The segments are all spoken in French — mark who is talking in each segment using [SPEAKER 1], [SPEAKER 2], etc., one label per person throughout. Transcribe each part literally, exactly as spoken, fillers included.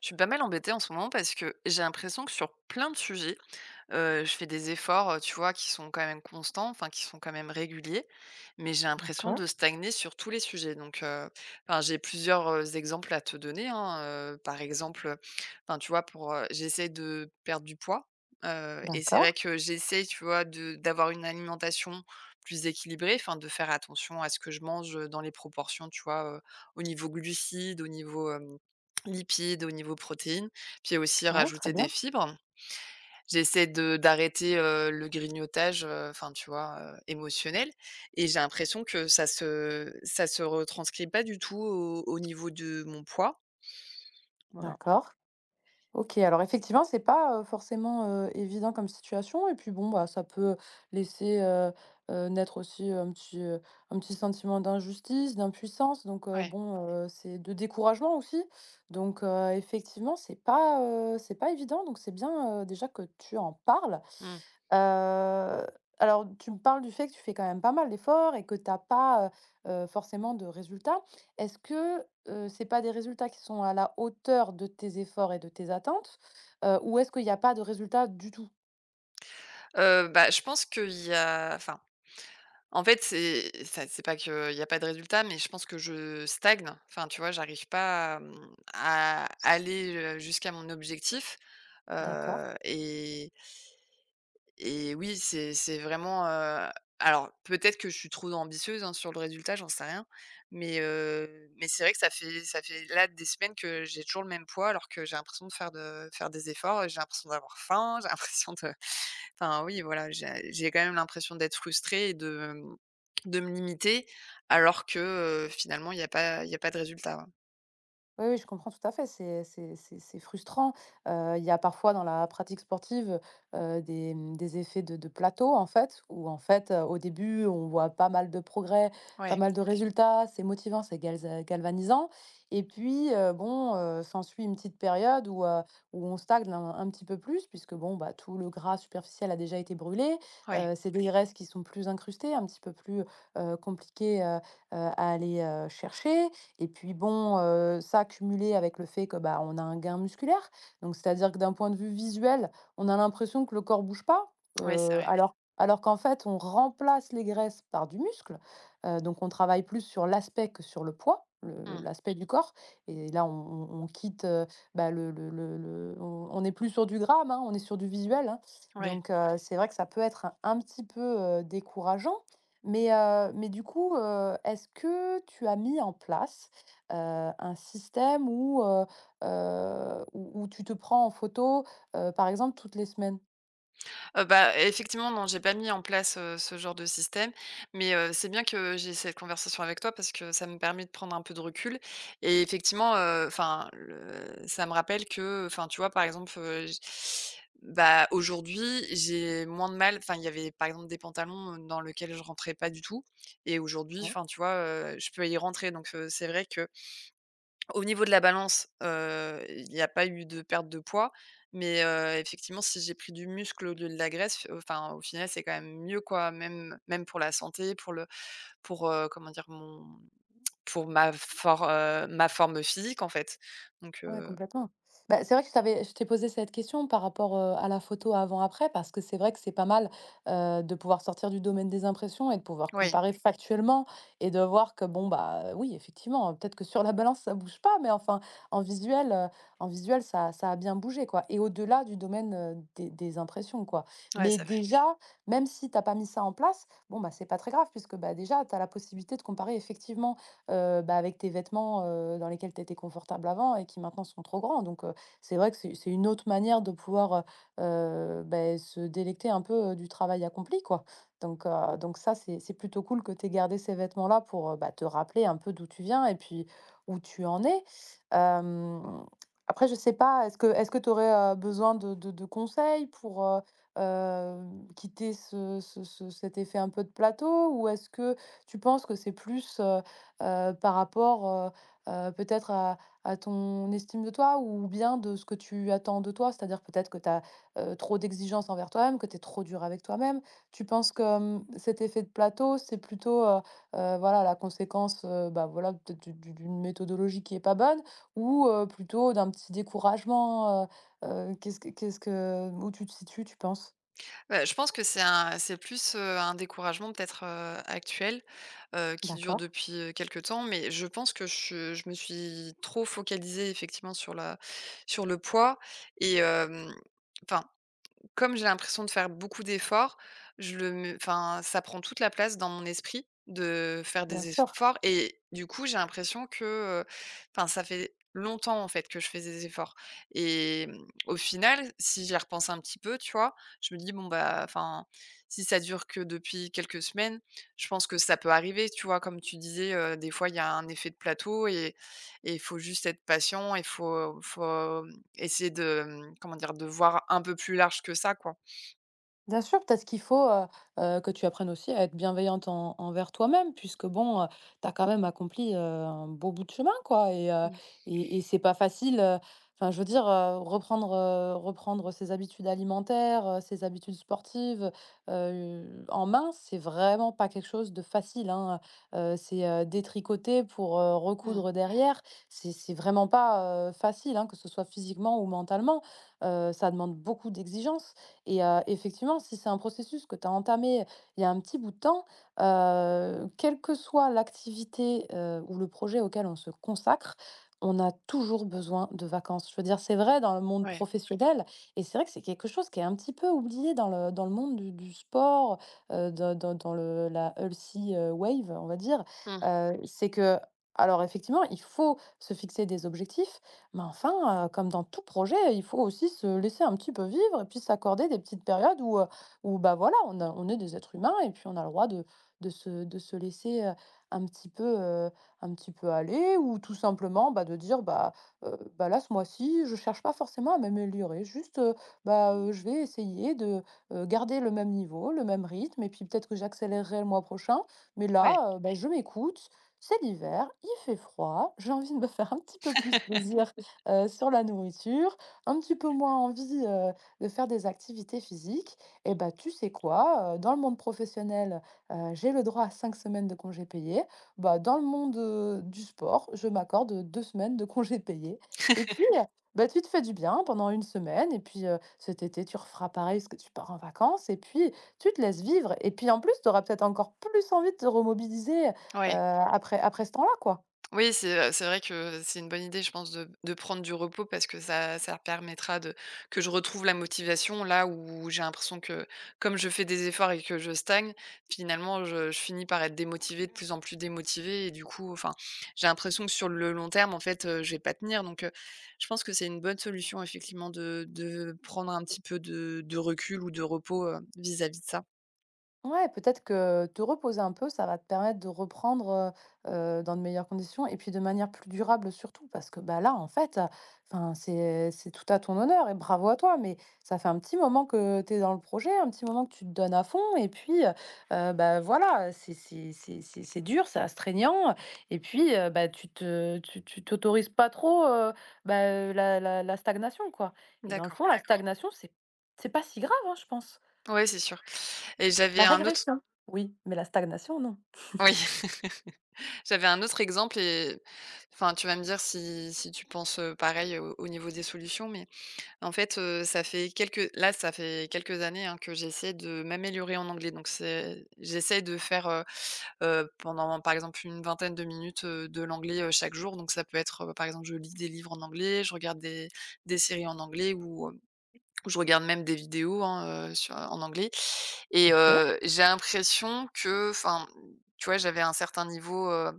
[SPEAKER 1] Je suis pas mal embêtée en ce moment parce que j'ai l'impression que sur plein de sujets, Heu, je fais des efforts, heu, tu vois, qui sont quand même constants, enfin qui sont quand même réguliers, mais j'ai l'impression
[SPEAKER 2] D'accord,
[SPEAKER 1] de stagner sur tous les sujets donc heu, Enfin j'ai plusieurs, heu, exemples à te donner, hein, heu, par exemple, enfin tu vois pour, heu, j'essaie de perdre du poids, heu et c'est vrai
[SPEAKER 2] d'accord.
[SPEAKER 1] que j'essaie, tu vois, de d'avoir une alimentation plus équilibrée, enfin de faire attention à ce que je mange, dans les proportions, tu vois, heu, au niveau glucides, au niveau, hem, lipides, au niveau protéines, puis aussi
[SPEAKER 2] Ouais, très
[SPEAKER 1] rajouter des
[SPEAKER 2] bien.
[SPEAKER 1] fibres. J'essaie de d'arrêter, heu, le grignotage, heu, enfin, tu vois, heu, émotionnel et j'ai l'impression que ça se ça se retranscrit pas du tout au au niveau de mon poids, voilà.
[SPEAKER 2] D'accord. OK, alors effectivement, c'est pas, heu, forcément, heu, évident comme situation et puis bon, bah, ça peut laisser, heu heu, naître aussi un petit, heu, un petit sentiment d'injustice, d'impuissance donc heu,
[SPEAKER 1] Ouais,
[SPEAKER 2] bon, heu, c'est de découragement aussi donc heu, effectivement, c'est pas, heu, c'est pas évident donc c'est bien, heu, déjà que tu en parles.
[SPEAKER 1] mmh.
[SPEAKER 2] Heu, alors tu me parles du fait que tu fais quand même pas mal d'efforts et que tu as pas, heu heu, forcément de résultats. Est-ce que, heu, c'est pas des résultats qui sont à la hauteur de tes efforts et de tes attentes? Heu, ou est-ce qu'il n'y a pas de résultats du tout?
[SPEAKER 1] Heu, bah, je pense qu'il y a enfin, en fait, c'est ça c'est pas qu'il y a pas de résultat, mais je pense que je stagne. Enfin, tu vois, j'arrive pas, mmh, à aller, heu, jusqu'à mon objectif,
[SPEAKER 2] D'accord.
[SPEAKER 1] heu et Et oui, c'est c'est vraiment, heu alors peut-être que je suis trop ambitieuse, hein, sur le résultat, j'en sais rien, mais heu, mais c'est vrai que ça fait ça fait là des semaines que j'ai toujours le même poids alors que j'ai l'impression de faire de faire des efforts, j'ai l'impression d'avoir faim, j'ai l'impression de enfin oui, voilà, j'ai j'ai quand même l'impression d'être frustrée et de, mmh, de me limiter alors que, heu, finalement il y a pas il y a pas de résultat, ouais.
[SPEAKER 2] Oui, oui, je comprends tout à fait, c'est c'est c'est c'est frustrant. Heu, il y a parfois dans la pratique sportive, heu, des, mmh, des effets de de plateau en fait, où en fait, heu, au début on voit pas mal de progrès, pas
[SPEAKER 1] Ouais,
[SPEAKER 2] mal de résultats, c'est motivant, c'est galza galvanisant et puis, heu, bon, heu, s'ensuit une petite période où, heu, où on stagne un un petit peu plus puisque bon, bah, tout le gras superficiel a déjà été brûlé,
[SPEAKER 1] ouais,
[SPEAKER 2] heu, c'est des graisses qui sont plus incrustées, un petit peu plus, heu, compliquées, heu heu, à aller, heu, chercher et puis bon, heu, ça cumulé avec le fait que, bah, on a un gain musculaire, donc c'est-à-dire que d'un point de vue visuel, on a l'impression que le corps bouge pas,
[SPEAKER 1] ouais, c'est
[SPEAKER 2] heu, Ouais.
[SPEAKER 1] vrai.
[SPEAKER 2] alors alors qu'en fait, on remplace les graisses par du muscle, heu, donc on travaille plus sur l'aspect que sur le poids, le le
[SPEAKER 1] Mmh,
[SPEAKER 2] l'aspect du corps et là, on on on quitte, heu, bah, le le le le on on est plus sur du gramme, hein, on est sur du visuel, hein,
[SPEAKER 1] ouais.
[SPEAKER 2] donc heu, c'est vrai que ça peut être un un petit peu, heu, décourageant mais heu, mais du coup, heu, est-ce que tu as mis en place heu, un système où, heu heu, où où tu te prends en photo, heu, par exemple toutes les semaines?
[SPEAKER 1] Heu, bah, effectivement, non, j'ai pas mis en place, heu, ce genre de système, mais heu, c'est bien que j'ai cette conversation avec toi parce que ça me permet de prendre un peu de recul et effectivement, heu, enfin, le ça me rappelle que, enfin, tu vois, par exemple, heu, j bah, aujourd'hui, j'ai moins de mal enfin, il y avait, par exemple, des pantalons, heu, dans lesquels je rentrais pas du tout et aujourd'hui, enfin, tu vois, heu, je peux y rentrer donc heu, c'est vrai que au niveau de la balance, heu, il n'y a pas eu de perte de poids, mais heu, effectivement, si j'ai pris du muscle au lieu de la graisse, f- enfin, au final, c'est quand même mieux, quoi. Même même pour la santé, pour le pour, heu, comment dire? Mon pour ma for heu, Ma forme physique, en fait. Donc
[SPEAKER 2] Ouais,
[SPEAKER 1] heu,
[SPEAKER 2] complètement. Bah, c'est vrai que je t'avais je t'ai posé cette question par rapport, heu, à la photo avant-après parce que c'est vrai que c'est pas mal, heu, de pouvoir sortir du domaine des impressions et de pouvoir
[SPEAKER 1] oui,
[SPEAKER 2] comparer factuellement et de voir que bon, bah, euh, oui, effectivement, euh, peut-être que sur la balance ça bouge pas, mais enfin en visuel, heu, en visuel ça ça a bien bougé quoi et au-delà du domaine, heu, des des impressions quoi.
[SPEAKER 1] ouais,
[SPEAKER 2] Mais
[SPEAKER 1] ça
[SPEAKER 2] déjà, même si t'as pas mis ça en place, bon, bah, c'est pas très grave puisque, bah, déjà tu as la possibilité de comparer effectivement heu, bah, avec tes vêtements, heu, dans lesquels tu étais confortable avant et qui maintenant sont trop grands. Donc, heu, c'est vrai que c'est c'est une autre manière de pouvoir, heu heu, se délecter un peu, heu, du travail accompli, quoi. Donc, heu, donc ça, c'est c'est plutôt cool que tu aies gardé ces vêtements-là pour, heu, bah, te rappeler un peu d'où tu viens et puis où tu en es. Hem, Après, je sais pas, est-ce que est-ce que tu aurais, besoin de de de conseils pour, heu, hem, quitter ce ce ce cet effet un peu de plateau? Ou est-ce que tu penses que c'est plus, heu, par rapport, heu heu, peut-être à à ton estime de toi ou bien de ce que tu attends de toi? C'est-à-dire peut-être que tu as, euh, trop d'exigences envers toi-même, que tu es trop dur avec toi-même? Tu penses que, hem, cet effet de plateau, c'est plutôt, heu heu, voilà la conséquence, heu, bah, voilà peut-être d'u d'u d'une méthodologie qui est pas bonne ou heu, plutôt d'un petit découragement, heu heu, qu'est-ce que qu'est-ce que où tu te situes, tu penses?
[SPEAKER 1] Bah, je pense que c'est un c'est plus, heu, un découragement peut-être, heu, actuel, heu, qui dure
[SPEAKER 2] D'accord,
[SPEAKER 1] depuis, heu, quelque temps, mais je pense que je je me suis trop focalisée effectivement sur la sur le poids et enfin comme j'ai l'impression de faire beaucoup d'efforts, je le me enfin, ça prend toute la place dans mon esprit de faire
[SPEAKER 2] bien
[SPEAKER 1] des
[SPEAKER 2] sûr.
[SPEAKER 1] efforts et du coup, j'ai l'impression que, heu, enfin, ça fait longtemps, en fait, que je fais des efforts et mmh, au final, si j'y repense un petit peu, tu vois? Je me dis: «Bon, bah, enfin, si ça dure que depuis quelques semaines, je pense que ça peut arriver», tu vois? Comme tu disais, heu, des fois, il y a un effet de plateau et et il faut juste être patient, il faut faut essayer de, mmh, comment dire? De voir un peu plus large que ça, quoi.
[SPEAKER 2] Bien sûr, peut-être qu'il faut, heu heu, que tu apprennes aussi à être bienveillante en envers toi-même puisque bon, heu, tu as quand même accompli, heu, un beau bout de chemin quoi et heu
[SPEAKER 1] Mmh.
[SPEAKER 2] et et c'est pas facile, heu, enfin je veux dire, heu, reprendre, heu, reprendre ses habitudes alimentaires, heu, ses habitudes sportives, heu, en main, c'est vraiment pas quelque chose de facile, hein, heu c'est, heu, détricoter pour, heu,
[SPEAKER 1] Mmh,
[SPEAKER 2] recoudre derrière. C'est c'est vraiment pas, heu, facile, hein, que ce soit physiquement ou mentalement, heu, ça demande beaucoup d'exigences. Et heu, effectivement, si c'est un processus que tu as entamé il y a un petit bout de temps, heu, quelle que soit l'activité, heu, ou le projet auquel on se consacre, on a toujours besoin de vacances. Je veux dire, c'est vrai dans le monde
[SPEAKER 1] ouais.
[SPEAKER 2] professionnel et c'est vrai que c'est quelque chose qui est un petit peu oublié dans le dans le monde du du sport, heu, dans dans dans le la healthy, heu, wave, on va dire.
[SPEAKER 1] Mmh,
[SPEAKER 2] Heu, c'est que alors effectivement, il faut se fixer des objectifs, mais enfin, heu, comme dans tout projet, il faut aussi se laisser un petit peu vivre et puis s'accorder des petites périodes où, heu, où bah, voilà, on a on est des êtres humains et puis on a le droit de de se de se laisser, heu, un petit peu, heu, un petit peu aller ou tout simplement, bah, de dire: «Bah, heu, bah, là, ce mois-ci, je cherche pas forcément à m'améliorer, juste, heu, bah, heu, je vais essayer de, heu, garder le même niveau, le même rythme et puis peut-être que j'accélérerai le mois prochain, mais
[SPEAKER 1] ouais.
[SPEAKER 2] là, heu, bah, je m'écoute, c'est l'hiver, il fait froid, j'ai envie de me faire un petit peu plus plaisir» heu, sur la nourriture, un petit peu moins envie, heu, de faire des activités physiques et bah, tu sais quoi? Heu, dans le monde professionnel, heu, j'ai le droit à cinq semaines de congés payés. Bah, dans le monde, heu, du sport, je m'accorde, deux semaines de congés payés et puis, heu, bah, tu te fais du bien pendant une semaine et puis, heu, cet été, tu referas pareil parce que tu pars en vacances et puis tu te laisses vivre et puis, en plus, tu auras peut-être encore plus envie de te remobiliser, heu,
[SPEAKER 1] Ouais.
[SPEAKER 2] après après ce temps-là, quoi.
[SPEAKER 1] Oui, c'est, c'est vrai que c'est une bonne idée, je pense, de de prendre du repos parce que ça ça permettra de que je retrouve la motivation là où j'ai l'impression que comme je fais des efforts et que je stagne, finalement je je finis par être démotivée, de plus en plus démotivée et du coup, enfin, j'ai l'impression que sur le long terme, en fait, heu, je vais pas tenir donc heu, je pense que c'est une bonne solution effectivement de de prendre un petit peu de de recul ou de repos, heu, vis-à-vis de ça.
[SPEAKER 2] Ouais, peut-être que te reposer un peu, ça va te permettre de reprendre, heu heu, dans de meilleures conditions et puis de manière plus durable surtout parce que, bah, là, en fait, heu, enfin, c'est c'est tout à ton honneur et bravo à toi, mais ça fait un petit moment que tu es dans le projet, un petit moment que tu te donnes à fond et puis, heu heu, bah, voilà, c'est c'est c'est c'est c'est dur, c'est astreignant et puis, heu, bah, tu te tu tu t'autorises pas trop, heu, bah, la la la stagnation, quoi et dans le
[SPEAKER 1] D'accord.
[SPEAKER 2] fond, la stagnation, c'est c'est pas si grave, hein, je pense.
[SPEAKER 1] Oui, c'est sûr et j'avais
[SPEAKER 2] La
[SPEAKER 1] un autre
[SPEAKER 2] régression? Oui, mais la stagnation, non.
[SPEAKER 1] oui. J'avais un autre exemple et enfin, tu vas me dire si si tu penses, heu, pareil au au niveau des solutions, mais en fait, heu, ça fait quelques là, ça fait quelques années, hein, que j'essaie de m'améliorer en anglais. Donc c'est j'essaie de faire, heu heu, pendant, par exemple, une vingtaine de minutes, heu, de l'anglais, heu, chaque jour. Donc ça peut être, heu, par exemple, je lis des livres en anglais, je regarde des des séries en anglais ou, je regarde même des vidéos, hein, heu, sur en anglais et
[SPEAKER 2] OK,
[SPEAKER 1] heu, j'ai l'impression que enfin, tu vois, j'avais un certain niveau, heu,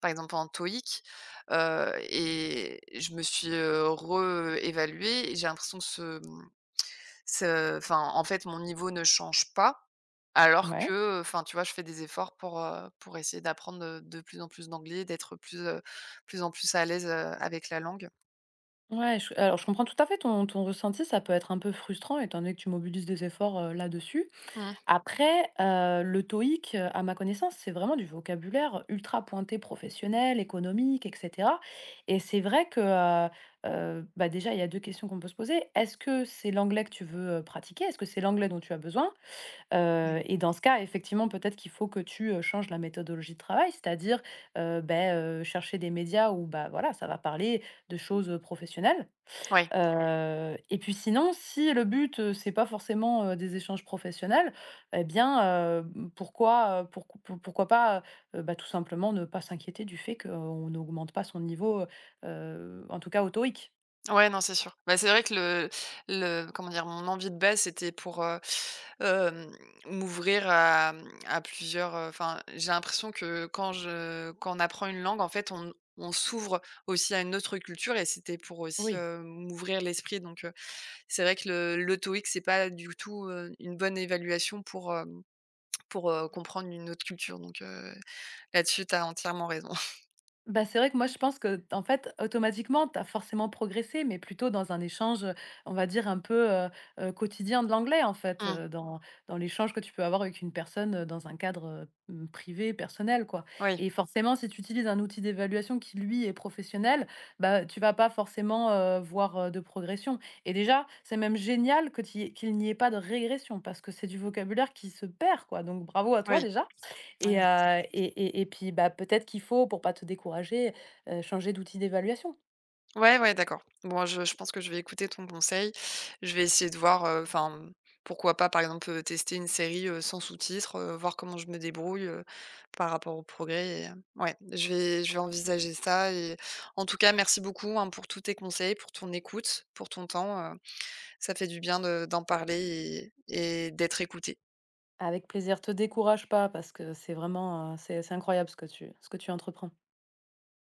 [SPEAKER 1] par exemple en TOEIC, heu et je me suis, heu, réévaluée et j'ai l'impression que ce, mmh, ce enfin, en fait, mon niveau ne change pas alors
[SPEAKER 2] ouais.
[SPEAKER 1] que, enfin, tu vois, je fais des efforts pour, heu, pour essayer d'apprendre, heu, de plus en plus d'anglais, d'être plus, heu, plus en plus à l'aise, heu, avec la langue.
[SPEAKER 2] Ouais, je alors je comprends tout à fait ton ton ressenti, ça peut être un peu frustrant étant donné que tu mobilises des efforts, heu, là-dessus.
[SPEAKER 1] Mmh,
[SPEAKER 2] Après, heu, le TOEIC, heu, à ma connaissance, c'est vraiment du vocabulaire ultra pointé professionnel, économique et cetera et c'est vrai que, heu heu, bah, déjà, il y a deux questions qu'on peut se poser. Est-ce que c'est l'anglais que tu veux, heu, pratiquer? Est-ce que c'est l'anglais dont tu as besoin?
[SPEAKER 1] ouais.
[SPEAKER 2] Heu et dans ce cas, effectivement, peut-être qu'il faut que tu, heu, changes la méthodologie de travail, c'est-à-dire, heu, beh, heu, chercher des médias où, bah, voilà, ça va parler de choses, professionnelles.
[SPEAKER 1] Ouais.
[SPEAKER 2] Heu et puis sinon, si le but, heu, c'est pas forcément, heu, des échanges professionnels eh bien, heu, mmh, pourquoi, heu, pourqu pou pourquoi pas, heu, bah, tout simplement ne pas s'inquiéter du fait qu'on n'augmente pas son niveau, heu en tout cas au TOEIC.
[SPEAKER 1] Ouais, non, c'est sûr. Bah, c'est vrai que le le comment dire? Mon envie de base, c'était pour, heu, hem, m'ouvrir à, mmh, à plusieurs, heu, enfin, j'ai l'impression que quand je quand on apprend une langue, en fait, on on s'ouvre aussi à une autre culture et c'était pour aussi,
[SPEAKER 2] Oui.
[SPEAKER 1] heu, m'ouvrir l'esprit donc heu, c'est vrai que le le TOEIC, c'est pas du tout, heu, une bonne évaluation pour, hem, pour, heu, comprendre une autre culture donc heu, là-dessus, t'as entièrement raison.
[SPEAKER 2] Bah, c'est vrai que moi, je pense que, en fait, automatiquement, tu as forcément progressé, mais plutôt dans un échange, heu, on va dire un peu, heu heu, quotidien de l'anglais, en fait,
[SPEAKER 1] Mmh.
[SPEAKER 2] heu, dans dans l'échange que tu peux avoir avec une personne, heu, dans un cadre, heu, mmh, privé, personnel, quoi
[SPEAKER 1] Oui,
[SPEAKER 2] et forcément, si tu utilises un outil d'évaluation qui, lui, est professionnel, bah, tu vas pas forcément, heu, voir, heu, de progression et déjà, c'est même génial que tu qu'il n'y ait pas de régression parce que c'est du vocabulaire qui se perd, quoi donc bravo à toi,
[SPEAKER 1] oui.
[SPEAKER 2] déjà
[SPEAKER 1] Ouais.
[SPEAKER 2] et heu et et et puis, bah, peut-être qu'il faut, pour pas te décourager, heu, changer d'outil d'évaluation.
[SPEAKER 1] Ouais, ouais, d'accord. Bon, je je pense que je vais écouter ton conseil. Je vais essayer de voir, heu, enfin, mmh, pourquoi pas, par exemple, heu, tester une série, heu, sans sous-titres, heu, voir comment je me débrouille, heu, par rapport au progrès et heu, ouais, je vais je vais envisager ça et en tout cas, merci beaucoup, hein, pour tous tes conseils, pour ton écoute, pour ton temps, heu, ça fait du bien de d'en parler et et d'être écouté.
[SPEAKER 2] Avec plaisir, te décourage pas parce que c'est vraiment, heu, c'est c'est incroyable ce que tu ce que tu entreprends.